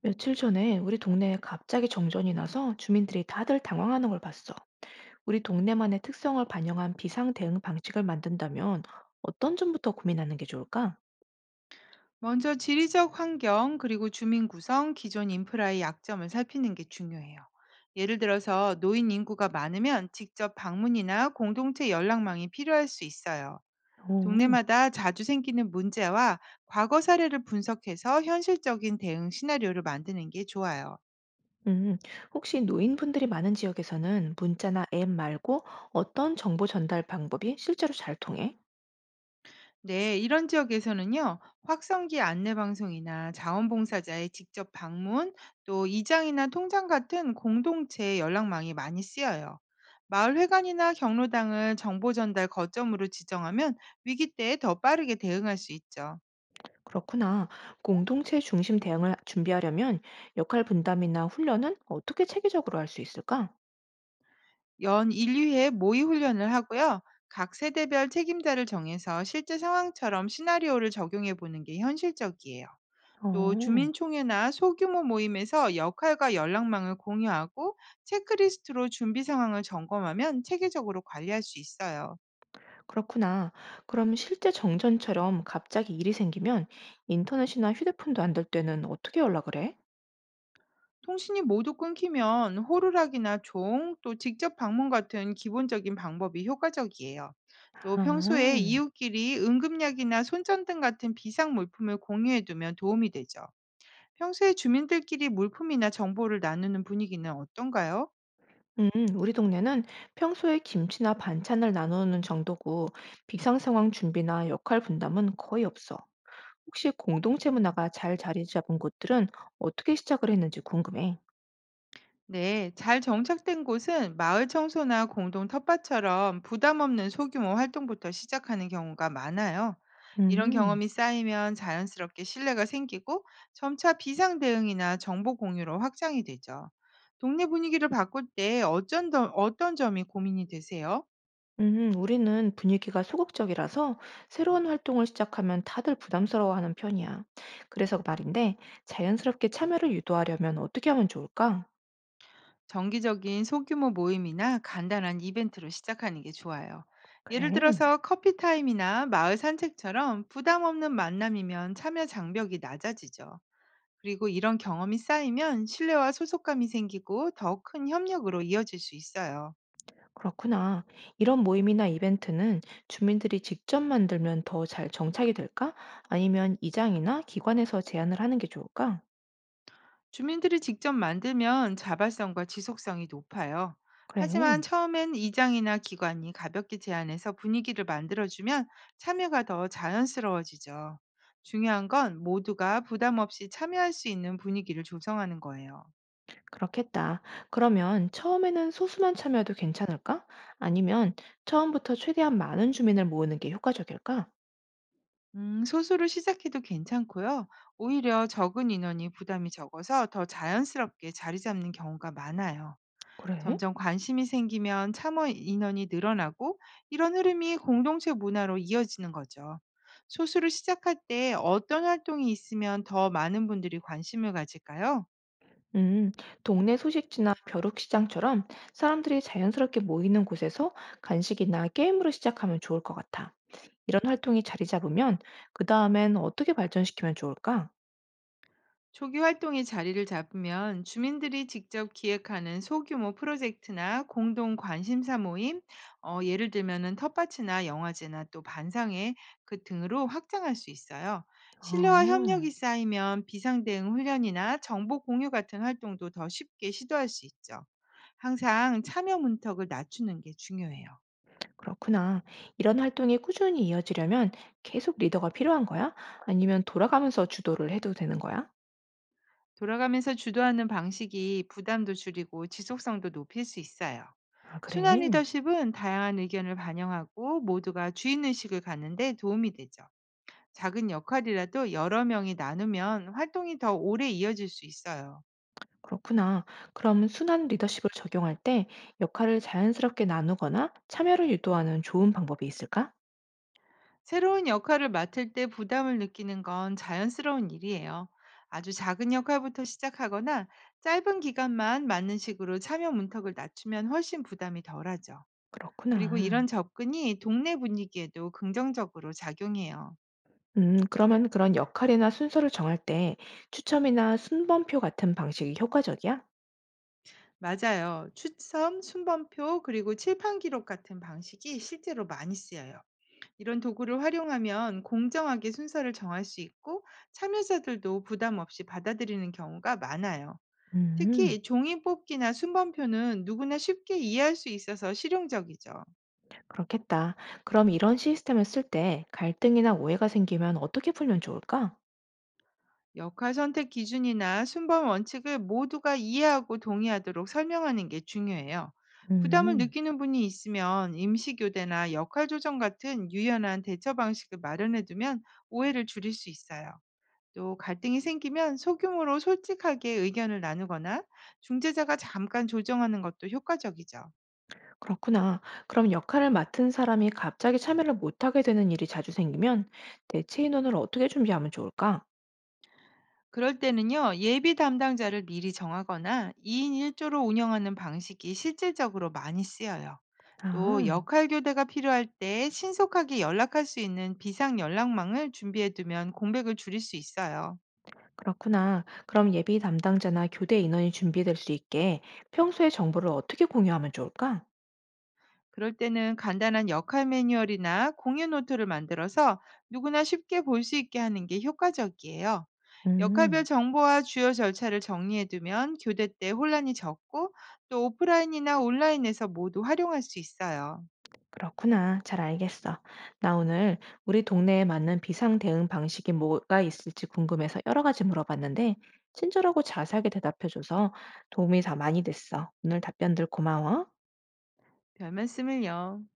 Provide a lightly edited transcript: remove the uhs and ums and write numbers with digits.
며칠 전에 우리 동네에 갑자기 정전이 나서 주민들이 다들 당황하는 걸 봤어. 우리 동네만의 특성을 반영한 비상 대응 방식을 만든다면 어떤 점부터 고민하는 게 좋을까? 먼저 지리적 환경, 그리고 주민 구성, 기존 인프라의 약점을 살피는 게 중요해요. 예를 들어서 노인 인구가 많으면 직접 방문이나 공동체 연락망이 필요할 수 있어요. 오, 동네마다 자주 생기는 문제와 과거 사례를 분석해서 현실적인 대응 시나리오를 만드는 게 좋아요. 음, 혹시 노인분들이 많은 지역에서는 문자나 앱 말고 어떤 정보 전달 방법이 실제로 잘 통해? 네, 이런 지역에서는요, 확성기 안내 방송이나 자원봉사자의 직접 방문, 또 이장이나 통장 같은 공동체 연락망이 많이 쓰여요. 마을 회관이나 경로당을 정보 전달 거점으로 지정하면 위기 때 더 빠르게 대응할 수 있죠. 그렇구나. 공동체 중심 대응을 준비하려면 역할 분담이나 훈련은 어떻게 체계적으로 할 수 있을까? 연 1, 위회 모의 훈련을 하고요. 각 세대별 책임자를 정해서 실제 상황처럼 시나리오를 적용해 보는 게 현실적이에요. 또 어. 주민총회나 소규모 모임에서 역할과 연락망을 공유하고 체크리스트로 준비 상황을 점검하면 체계적으로 관리할 수 있어요. 그렇구나. 그럼 실제 정전처럼 갑자기 일이 생기면 인터넷이나 휴대폰도 안될 때는 어떻게 연락을 해? 통신이 모두 끊기면 호루라기나 종, 또 직접 방문 같은 기본적인 방법이 효과적이에요. 또 평소에 아, 이웃끼리 응급약이나 손전등 같은 비상 물품을 공유해두면 도움이 되죠. 평소에 주민들끼리 물품이나 정보를 나누는 분위기는 어떤가요? 음, 우리 동네는 평소에 김치나 반찬을 나누는 정도고 비상 상황 준비나 역할 분담은 거의 없어. 혹시 공동체 문화가 잘 자리 잡은 곳들은 어떻게 시작을 했는지 궁금해. 네, 잘 정착된 곳은 마을 청소나 공동 텃밭처럼 부담 없는 소규모 활동부터 시작하는 경우가 많아요. 이런 음. 경험이 쌓이면 자연스럽게 신뢰가 생기고 점차 비상 대응이나 정보 공유로 확장이 되죠. 동네 분위기를 바꿀 때 어떤 점이 고민이 되세요? 우리는 분위기가 소극적이라서 새로운 활동을 시작하면 다들 부담스러워하는 편이야. 그래서 말인데, 자연스럽게 참여를 유도하려면 어떻게 하면 좋을까? 정기적인 소규모 모임이나 간단한 이벤트로 시작하는 게 좋아요. 예를 그래, 들어서 커피 타임이나 마을 산책처럼 부담 없는 만남이면 참여 장벽이 낮아지죠. 그리고 이런 경험이 쌓이면 신뢰와 소속감이 생기고 더 큰 협력으로 이어질 수 있어요. 그렇구나. 이런 모임이나 이벤트는 주민들이 직접 만들면 더 잘 정착이 될까? 아니면 이장이나 기관에서 제안을 하는 게 좋을까? 주민들이 직접 만들면 자발성과 지속성이 높아요. 그래, 하지만 처음엔 이장이나 기관이 가볍게 제안해서 분위기를 만들어주면 참여가 더 자연스러워지죠. 중요한 건 모두가 부담 없이 참여할 수 있는 분위기를 조성하는 거예요. 그렇겠다. 그러면 처음에는 소수만 참여해도 괜찮을까? 아니면 처음부터 최대한 많은 주민을 모으는 게 효과적일까? 소수로 시작해도 괜찮고요. 오히려 적은 인원이 부담이 적어서 더 자연스럽게 자리 잡는 경우가 많아요. 그래? 점점 관심이 생기면 참여 인원이 늘어나고 이런 흐름이 공동체 문화로 이어지는 거죠. 소수를 시작할 때 어떤 활동이 있으면 더 많은 분들이 관심을 가질까요? 음, 동네 소식지나 벼룩시장처럼 사람들이 자연스럽게 모이는 곳에서 간식이나 게임으로 시작하면 좋을 것 같아. 이런 활동이 자리 잡으면 그 다음엔 어떻게 발전시키면 좋을까? 조기 활동이 자리를 잡으면 주민들이 직접 기획하는 소규모 프로젝트나 공동 관심사 모임, 예를 들면은 텃밭이나 영화제나 또 반상회 등으로 확장할 수 있어요. 신뢰와 아, 협력이 쌓이면 비상대응 훈련이나 정보 공유 같은 활동도 더 쉽게 시도할 수 있죠. 항상 참여 문턱을 낮추는 게 중요해요. 그렇구나. 이런 활동이 꾸준히 이어지려면 계속 리더가 필요한 거야? 아니면 돌아가면서 주도를 해도 되는 거야? 돌아가면서 주도하는 방식이 부담도 줄이고 지속성도 높일 수 있어요. 아, 그래. 순환 리더십은 다양한 의견을 반영하고 모두가 주인의식을 갖는데 도움이 되죠. 작은 역할이라도 여러 명이 나누면 활동이 더 오래 이어질 수 있어요. 그렇구나. 그럼 순환 리더십을 적용할 때 역할을 자연스럽게 나누거나 참여를 유도하는 좋은 방법이 있을까? 새로운 역할을 맡을 때 부담을 느끼는 건 자연스러운 일이에요. 아주 작은 역할부터 시작하거나 짧은 기간만 맡는 식으로 참여 문턱을 낮추면 훨씬 부담이 덜하죠. 그리고 이런 그렇구나. 접근이 동네 분위기에도 긍정적으로 작용해요. 그러면 그런 역할이나 순서를 정할 때 추첨이나 순번표 같은 방식이 효과적이야? 맞아요. 추첨, 순번표, 그리고 칠판 기록 같은 방식이 실제로 많이 쓰여요. 이런 도구를 활용하면 공정하게 순서를 정할 수 있고 참여자들도 부담 없이 받아들이는 경우가 많아요. 음, 특히 종이 뽑기나 순번표는 누구나 쉽게 이해할 수 있어서 실용적이죠. 그렇겠다. 그럼 이런 시스템을 쓸 때 갈등이나 오해가 생기면 어떻게 풀면 좋을까? 역할 선택 기준이나 순번 원칙을 모두가 이해하고 동의하도록 설명하는 게 중요해요. 부담을 음, 느끼는 분이 있으면 임시 교대나 역할 조정 같은 유연한 대처 방식을 마련해 두면 오해를 줄일 수 있어요. 또 갈등이 생기면 소규모로 솔직하게 의견을 나누거나 중재자가 잠깐 조정하는 것도 효과적이죠. 그렇구나. 그럼 역할을 맡은 사람이 갑자기 참여를 못하게 되는 일이 자주 생기면 대체 인원을 어떻게 준비하면 좋을까? 그럴 때는요, 예비 담당자를 미리 정하거나 2인 1조로 운영하는 방식이 실질적으로 많이 쓰여요. 또 아, 역할 교대가 필요할 때 신속하게 연락할 수 있는 비상 연락망을 준비해 두면 공백을 줄일 수 있어요. 그렇구나. 그럼 예비 담당자나 교대 인원이 준비될 수 있게 평소에 정보를 어떻게 공유하면 좋을까? 그럴 때는 간단한 역할 매뉴얼이나 공유 노트를 만들어서 누구나 쉽게 볼 수 있게 하는 게 효과적이에요. 역할별 음. 정보와 주요 절차를 정리해 두면 교대 때 혼란이 적고 또 오프라인이나 온라인에서 모두 활용할 수 있어요. 그렇구나. 잘 알겠어. 나 오늘 우리 동네에 맞는 비상 대응 방식이 뭐가 있을지 궁금해서 여러 가지 물어봤는데, 친절하고 자세하게 대답해줘서 도움이 다 많이 됐어. 오늘 답변들 고마워. 별 말씀을요.